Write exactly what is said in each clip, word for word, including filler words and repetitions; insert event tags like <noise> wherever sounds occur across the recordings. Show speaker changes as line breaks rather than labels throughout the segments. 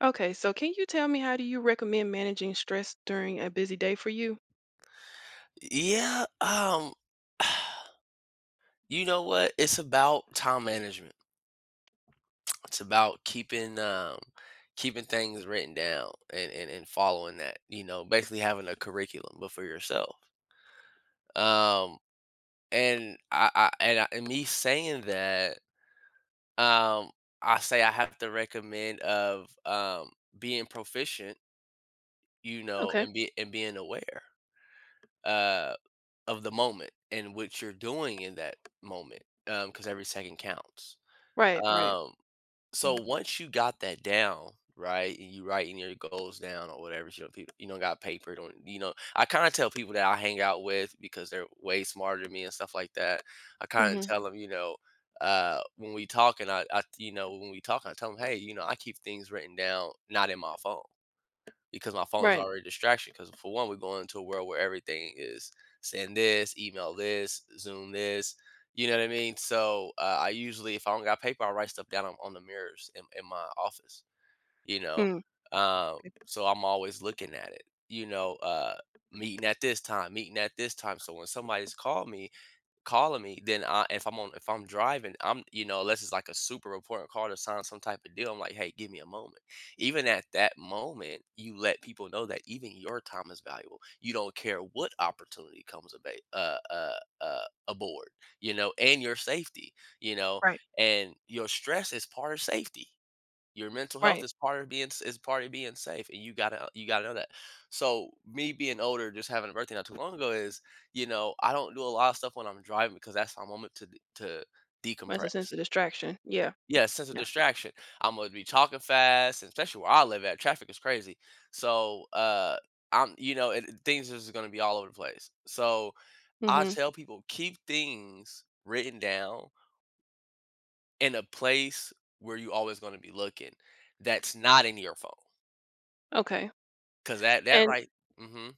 Okay, so can you tell me how do you recommend managing stress during a busy day for you?
Yeah, um, <sighs> you know what? It's about time management. It's about keeping um keeping things written down and and, and following that, you know, basically having a curriculum but for yourself. Um and I, I and I, and me saying that, um, I say I have to recommend of um being proficient, you know,
Okay.
and be and being aware uh of the moment and what you're doing in that moment. Um, because every second counts.
Right, right.
Um, so once you got that down, right, and you writing your goals down or whatever, you know, people, you don't got paper, don't you know? I kind of tell people that I hang out with because they're way smarter than me and stuff like that. I kind of
Mm-hmm.
tell them, you know, uh, when we talk and I, I, you know, when we talk, I tell them, hey, you know, I keep things written down, not in my phone because my phone is
Right.
already a distraction. Because for one, we're going into a world where everything is send this, email this, Zoom this. You know what I mean? So uh, I usually, if I don't got paper, I write stuff down on, on the mirrors in, in my office. You know,
Mm,
um, so I'm always looking at it. You know, uh, Meeting at this time, meeting at this time. So when somebody's called me, calling me, then I if I'm on if I'm driving, I'm you know, unless it's like a super important call to sign some type of deal, I'm like, hey, give me a moment. Even at that moment, you let people know that even your time is valuable. You don't care what opportunity comes about uh uh uh aboard, you know, and your safety, you know,
right.
and your stress is part of safety. Your mental health
Right.
is part of being s is part of being safe, and you gotta you gotta know that. So, me being older, just having a birthday not too long ago is, you know, I don't do a lot of stuff when I'm driving because that's my moment to d to
That's a sense
decompress.
of distraction. Yeah.
Yeah, sense of
Yeah.
distraction. I'm gonna be talking fast, and especially where I live at, traffic is crazy. So, uh, I'm you know, and things is gonna be all over the place. So, I
Mm-hmm.
tell people, "Keep things written down in a place where you always gonna be looking that's not in your phone."
Okay.
'Cause that that
And
right. Mm. Mhm.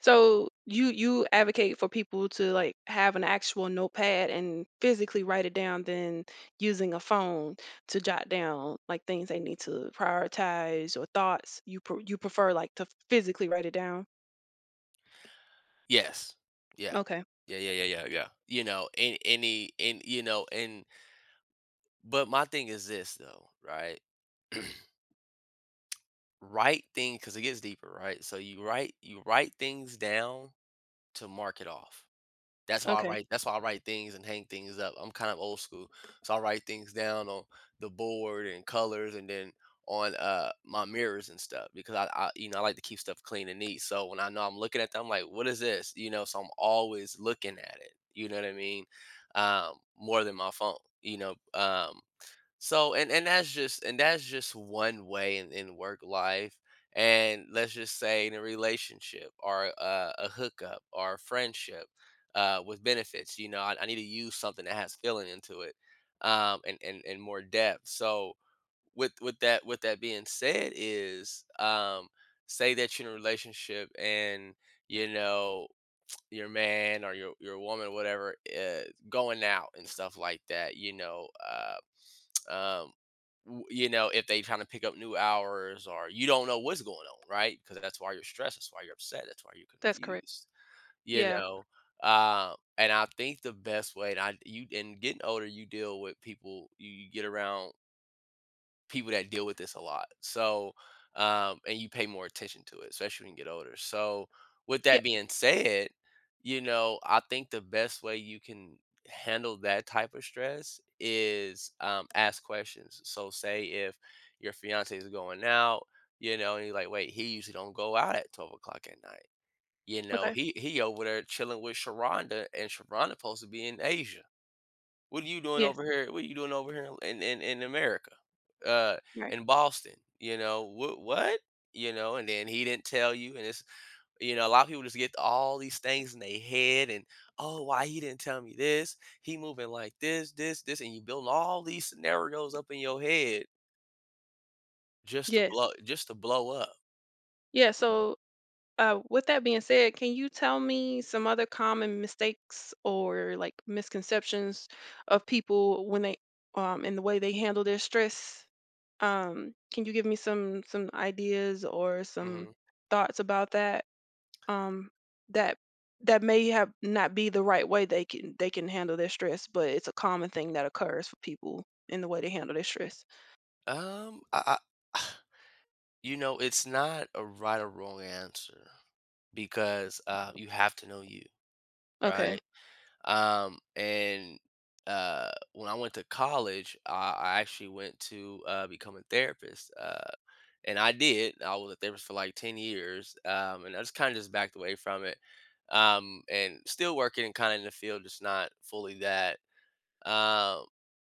so you you advocate for people to like have an actual notepad and physically write it down than using a phone to jot down like things they need to prioritize or thoughts. You pre- you prefer like to physically write it down.
Yes. Yeah.
Okay.
Yeah, yeah, yeah, yeah, yeah. You know, and any and, you know, and but my thing is this though, right? <clears throat> Write thing because it gets deeper, right? So you write you write things down to mark it off. That's why I
Okay.
write that's why I write things and hang things up. I'm kind of old school. So I write things down on the board and colors and then on uh my mirrors and stuff because I, I you know I like to keep stuff clean and neat. So when I know I'm looking at them, I'm like, what is this? You know so I'm always looking at it. You know what I mean? Um, more than my phone. You know, um so and and that's just and that's just one way in, in work life. And let's just say in a relationship or a, a hookup or a friendship uh, with benefits, you know, I, I need to use something that has feeling into it um, and, and, and more depth. So with with that with that being said is um, say that you're in a relationship and you know your man or your your woman whatever uh, going out and stuff like that, you know, uh um, w- you know, if they trying to pick up new hours or you don't know what's going on, right? Because that's why you're stressed. That's why you're upset. That's why you're
That's correct.
confused. You
Yeah.
know, um, and I think the best way, and I you and getting older, you deal with people. You, you get around people that deal with this a lot. So, um, and you pay more attention to it, especially when you get older. So, with that being said, you know, I think the best way you can handle that type of stress is um, ask questions. So, say if your fiance is going out, you know, and you're like, wait, he usually don't go out at twelve o'clock at night. You know,
Okay.
he he over there chilling with Sharonda, and Sharonda supposed to be in Asia. What are you doing
Yes.
over here? What are you doing over here in in, in America, uh,
Right.
in Boston? You know what? What? You know, and then he didn't tell you, and it's you know a lot of people just get all these things in their head, and oh, why he didn't tell me this? He moving like this, this, this, and you build all these scenarios up in your head just to
Yes.
blow, just to blow up.
Yeah. So, uh, with that being said, can you tell me some other common mistakes or like misconceptions of people when they um in the way they handle their stress? Um, can you give me some some ideas or some
hmm
thoughts about that? Um, that that may have not be the right way they can they can handle their stress, but it's a common thing that occurs for people in the way they handle their stress.
Um, I, I, <sighs> you know, it's not a right or wrong answer because uh, you have to know you,
Okay.
right? Um, and uh, When I went to college, I, I actually went to uh, become a therapist. Uh, and I did. I was a therapist for like ten years. Um, and I just kind of just backed away from it. Um, and still working and kind of in the field, just not fully that. Um,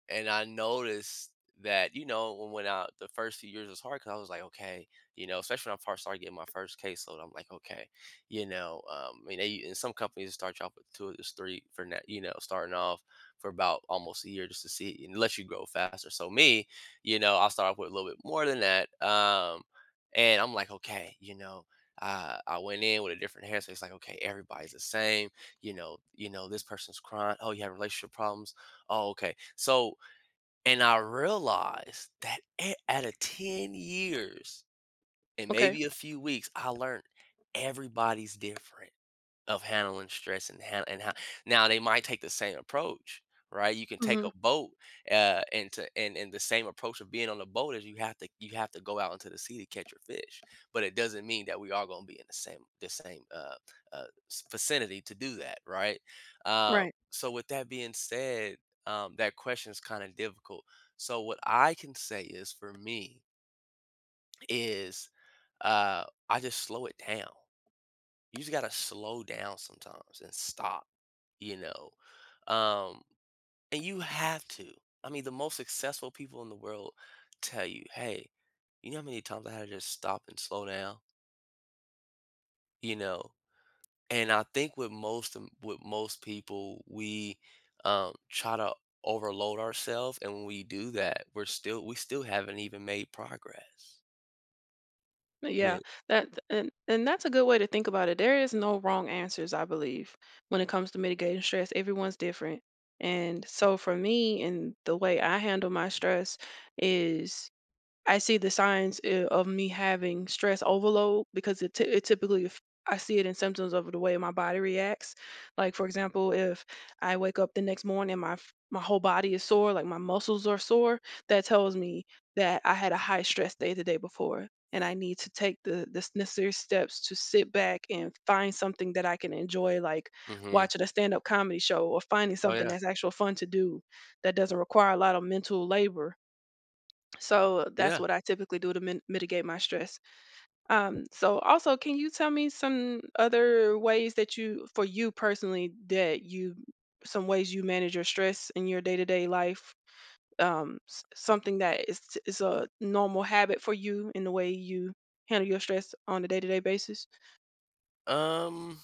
and I noticed that, you know, when, when I, the first few years was hard because I was like, okay, you know, especially when I first started getting my first caseload, I'm like, okay, you know, um, I mean, they, in some companies they start you off with two or just three for, net, you know, starting off for about almost a year just to see, and let you grow faster. So me, you know, I'll start off with a little bit more than that. Um, and I'm like, okay, you know, uh, I went in with a different hair, so it's like, okay, everybody's the same. You know, you know, this person's crying. Oh, you have relationship problems. Oh, okay. So, and I realized that a- out of ten years and
Okay.
maybe a few weeks, I learned everybody's different. Of handling stress and han and how now they might take the same approach, right? You can take
Mm-hmm.
a boat, uh, and to and and the same approach of being on the boat is you have to you have to go out into the sea to catch your fish, but it doesn't mean that we are gonna be in the same the same, uh, uh, s vicinity to do that, right? Um,
Right.
so with that being said, um, that question is kinda difficult. So what I can say is for me is, uh, I just slow it down. You just gotta slow down sometimes and stop, you know? Um, and you have to. I mean, the most successful people in the world tell you, hey, you know how many times I had to just stop and slow down, you know? And I think with most of- with most people, we um, try to overload ourselves, and when we do that, we're still we still haven't even made progress.
Uh,
Yeah.
Yeah, that and and that's a good way to think about it. There is no wrong answers, I believe, when it comes to mitigating stress. Everyone's different. And so for me and the way I handle my stress is I see the signs uh, of me having stress overload because it, ty- it typically if I see it in symptoms of the way my body reacts. Like for example, if I wake up the next morning, my f- my whole body is sore, like my muscles are sore, that tells me that I had a high stress day the day before, and I need to take the the s- necessary steps to sit back and find something that I can enjoy, like
Hmm.
watching a stand up comedy show or finding
Oh
something
yeah.
that's actual fun to do that doesn't require a lot of mental labor so uh, that's
Yeah.
what I typically do to min- mitigate my stress. Um, so also, can you tell me some other ways that you, for you personally, that you, some ways you manage your stress in your day-to-day life? Um, s- something that is is a normal habit for you in the way you handle your stress on a day-to-day basis.
Um,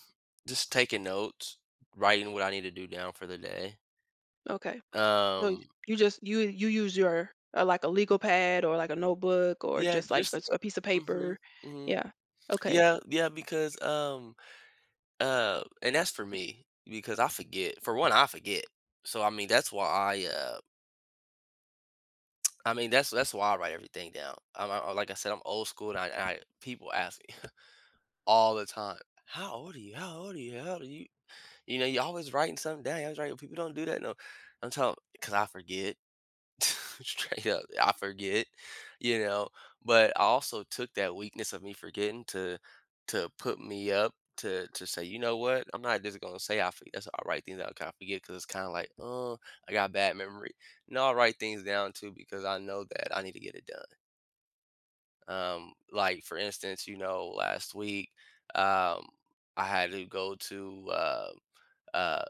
just taking notes, writing what I need to do down for the day.
Okay, so
Um,
you just you you use your uh, like a legal pad or like a notebook or
yeah,
just like a,
just
s- a piece of paper.
mhm, mhm.
Yeah. Okay.
Yeah, yeah, because um uh and that's for me because I forget. For one, I forget. So I mean, that's why I uh I mean, that's that's why I write everything down. I'm, I, like I said, I'm old school and I, I people ask me <laughs> all the time, "How old are you? How old are you? How old are you?" You know, you're always writing something down. I was writing. People don't do that no. I'm telling because I forget. <laughs> Straight up, I forget, you know, but I also took that weakness of me forgetting to to put me up to to say, "You know what? I'm not just gonna say I forget. That's all right things that I kind of forget because it's kind of like, oh, I got bad memory. No, i write things down too because I know that I need to get it done. Um, like for instance, you know, last week, um, I had to go to uh, uh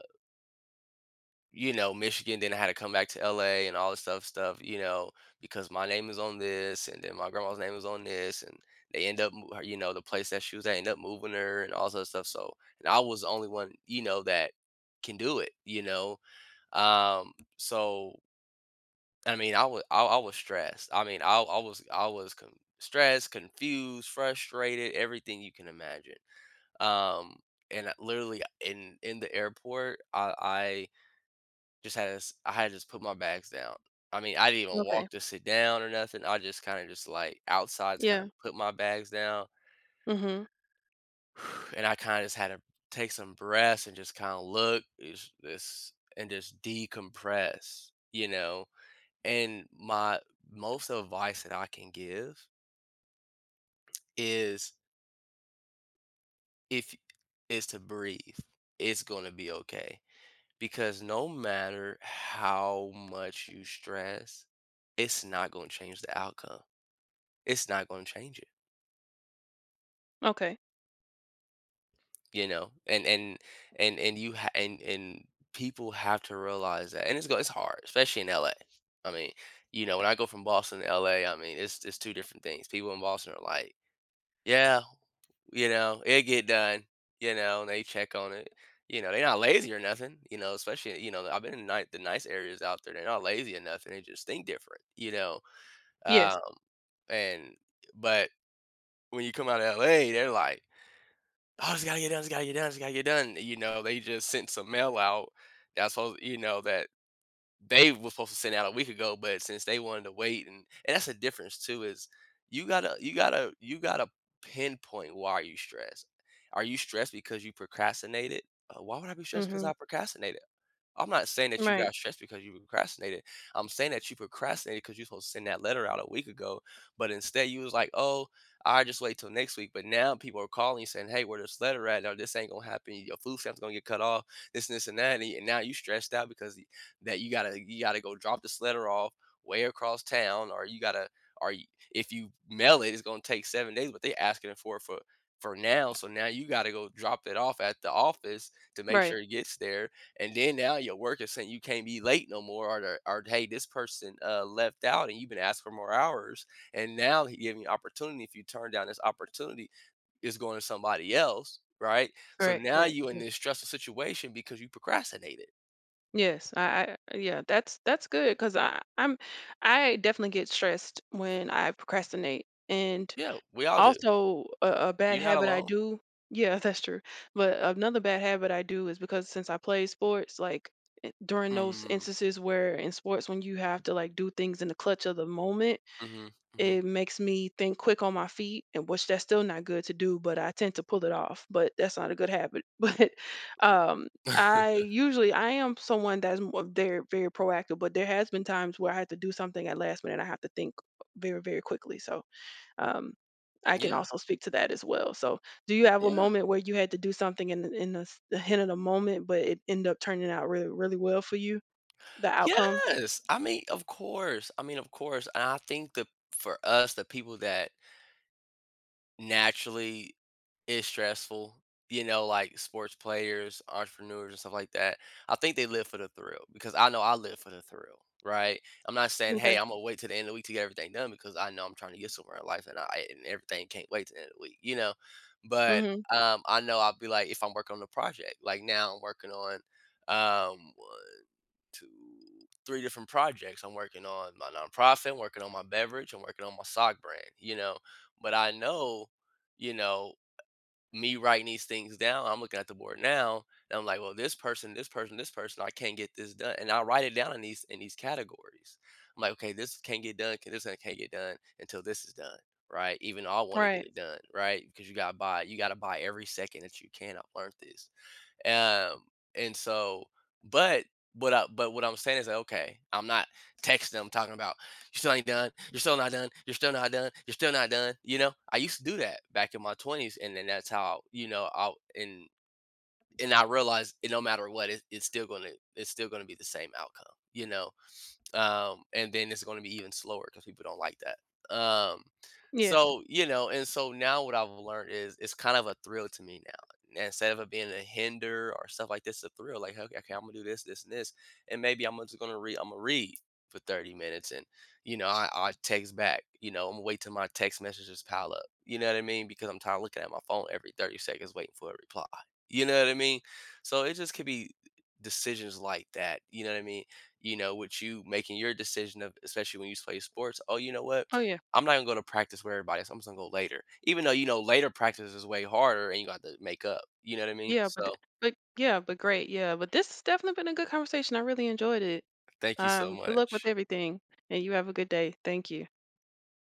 you know, Michigan, then I had to come back to L A and all this stuff stuff, you know, because my name is on this and then my grandma's name is on this and they end up mo- you know, the place that she was at end up moving her and all this stuff. So and I was the only one, you know, that can do it, you know. Um so I mean I was I, I was stressed. I mean I I was I was con- stressed, confused, frustrated, everything you can imagine. Um and I- literally in in the airport, I, I just had to s I had to just put my bags down. I mean, I didn't even
Okay.
walk to sit down or nothing. I just kinda just, like, outside, just kinda
Yeah.
put my bags down,
Mm-hmm.
<sighs> and I kinda just had to take some breaths and just kinda look, is this and just decompress, you know? And my most advice that I can give is if is to breathe. It's gonna be okay, because no matter how much you stress, it's not gonna change the outcome. It's not going to change it,
Okay.
you know. And and and and you ha- and and people have to realize that, and it's go it's hard, especially in L A. I mean, you know, when I go from Boston to L A, I mean, it's it's two different things. People in Boston are like, yeah, you know, it get done, you know, and they check on it, you know. They're not lazy or nothing, you know. Especially, you know, I've been in ni- the nice areas out there. They're not lazy or nothing, they just think different, you know.
Yes.
Uh, and but when you come out of L A, they're like, "Oh, it's gotta get done, it's gotta get done, it's gotta get done." You know, they just sent some mail out that's supposed, you know, that they were supposed to send out a week ago, but since they wanted to wait, and and that's the difference too, is you gotta you gotta you gotta pinpoint why are you stressed. Are you stressed because you procrastinated? Uh, why would I be stressed because
Mhm.
I procrastinated? I'm not saying that you
Right.
got stressed because you procrastinated. I'm saying that you procrastinated because you're supposed to send that letter out a week ago, but instead you was like, "Oh, I just wait till next week." But now people are calling you saying, "Hey, where this letter at? Or this ain't gonna happen. Your food stamp's gonna get cut off. This and this and that." And now you stressed out because y- that you gotta you gotta go drop this letter off way across town, or you gotta or y- if you mail it, it's gonna take seven days. But they asking for it for for now, so now you gotta go drop it off at the office to make
Right.
sure it gets there. And then now your work is saying you can't be late no more, or the- or, hey, this person uh, left out and you've been asked for more hours, and now he giving you opportunity. If you turn down this opportunity, is going to somebody else, right? So
Correct.
now
Correct.
you in
Yeah.
this stressful situation because you procrastinated.
Yes. I, I yeah, that's that's good 'cause I I'm I definitely get stressed when I procrastinate. And
Yeah, we all do.
also a, a bad
You're not
habit I
alone.
do. Yeah, <laughs> that's true. But another bad habit I do is because since I play sports, like i- during those
mm,
instances where in sports when you have to like do things in the clutch of the moment,
hmm hmm
it makes me think quick on my feet, and which that's still not good to do, but I tend to pull it off, but that's not a good habit. <laughs> But um, I
<laughs>
usually I am someone that's more, very very proactive, but there has been times where I had to do something at last minute, and I have to think very very quickly, so um, I can
yeah
also speak to that as well. So, do you have a
yeah
moment where you had to do something in the- in the, s- the hint of the moment, but it ended up turning out really really well for you? The outcome.
yes, I mean, of course, I mean, of course. And I think the for us, the people that naturally is stressful. You know, like sports players, entrepreneurs, and stuff like that. I think they live for the thrill, because I know I live for the thrill, right? I'm not saying,
Okay.
hey, I'm gonna wait till the end of the week to get everything done, because I know I'm trying to get somewhere in life, and I and everything can't wait to the end of the week, you know. But
Mm-hmm.
um, I know I'll be like, if I'm working on a project, like now I'm working on um to three different projects. I'm working on my nonprofit, I'm working on my beverage, I'm working on my sock brand, you know. But I know, you know, me writing these things down, I'm looking at the board now, and I'm like, well, this person, this person, this person, I can't get this done. And I write it down in these in these categories. I'm like, okay, this can't get done, this one can't get done until this is done. Right. Even though I want to get
Right.
it done, right? Because you gotta buy you gotta buy every second that you can. I've learned this. Um, and so, but what I but what I'm saying is, like, okay, I'm not texting them talking about you still ain't done, you're still not done, you're still not done, you're still not done. You know, I used to do that back in my twenties, and then that's how you know I and and I realized it, no matter what, it, it's still gonna it's still gonna be the same outcome. You know, um, and then it's going to be even slower because people don't like that. Um,
Yes.
so you know, and so now what I've learned is it's kind of a thrill to me now. And instead of it being a hinder or stuff like this, it's a thrill. Like, okay, okay, I'm gonna do this, this, and this, and maybe I'm just gonna read. I'm gonna read for thirty minutes, and you know, I, I text back. You know, I'm gonna wait till my text messages pile up. You know what I mean? Because I'm tired of looking at my phone every thirty seconds waiting for a reply. You know what I mean? So it just could be decisions like that. You know what I mean? You know, with you making your decision of, especially when you play sports, oh, you know what?
Oh yeah.
I'm not gonna go to practice where everybody else. I'm just gonna go later. Even though you know later practice is way harder and you got to make up. You know what I mean?
Yeah, but th-
So
but yeah, but great. Yeah, but this has definitely been a good conversation. I really enjoyed it.
thank you so
Um, good luck with
much.
everything, and you have a good day. Thank you.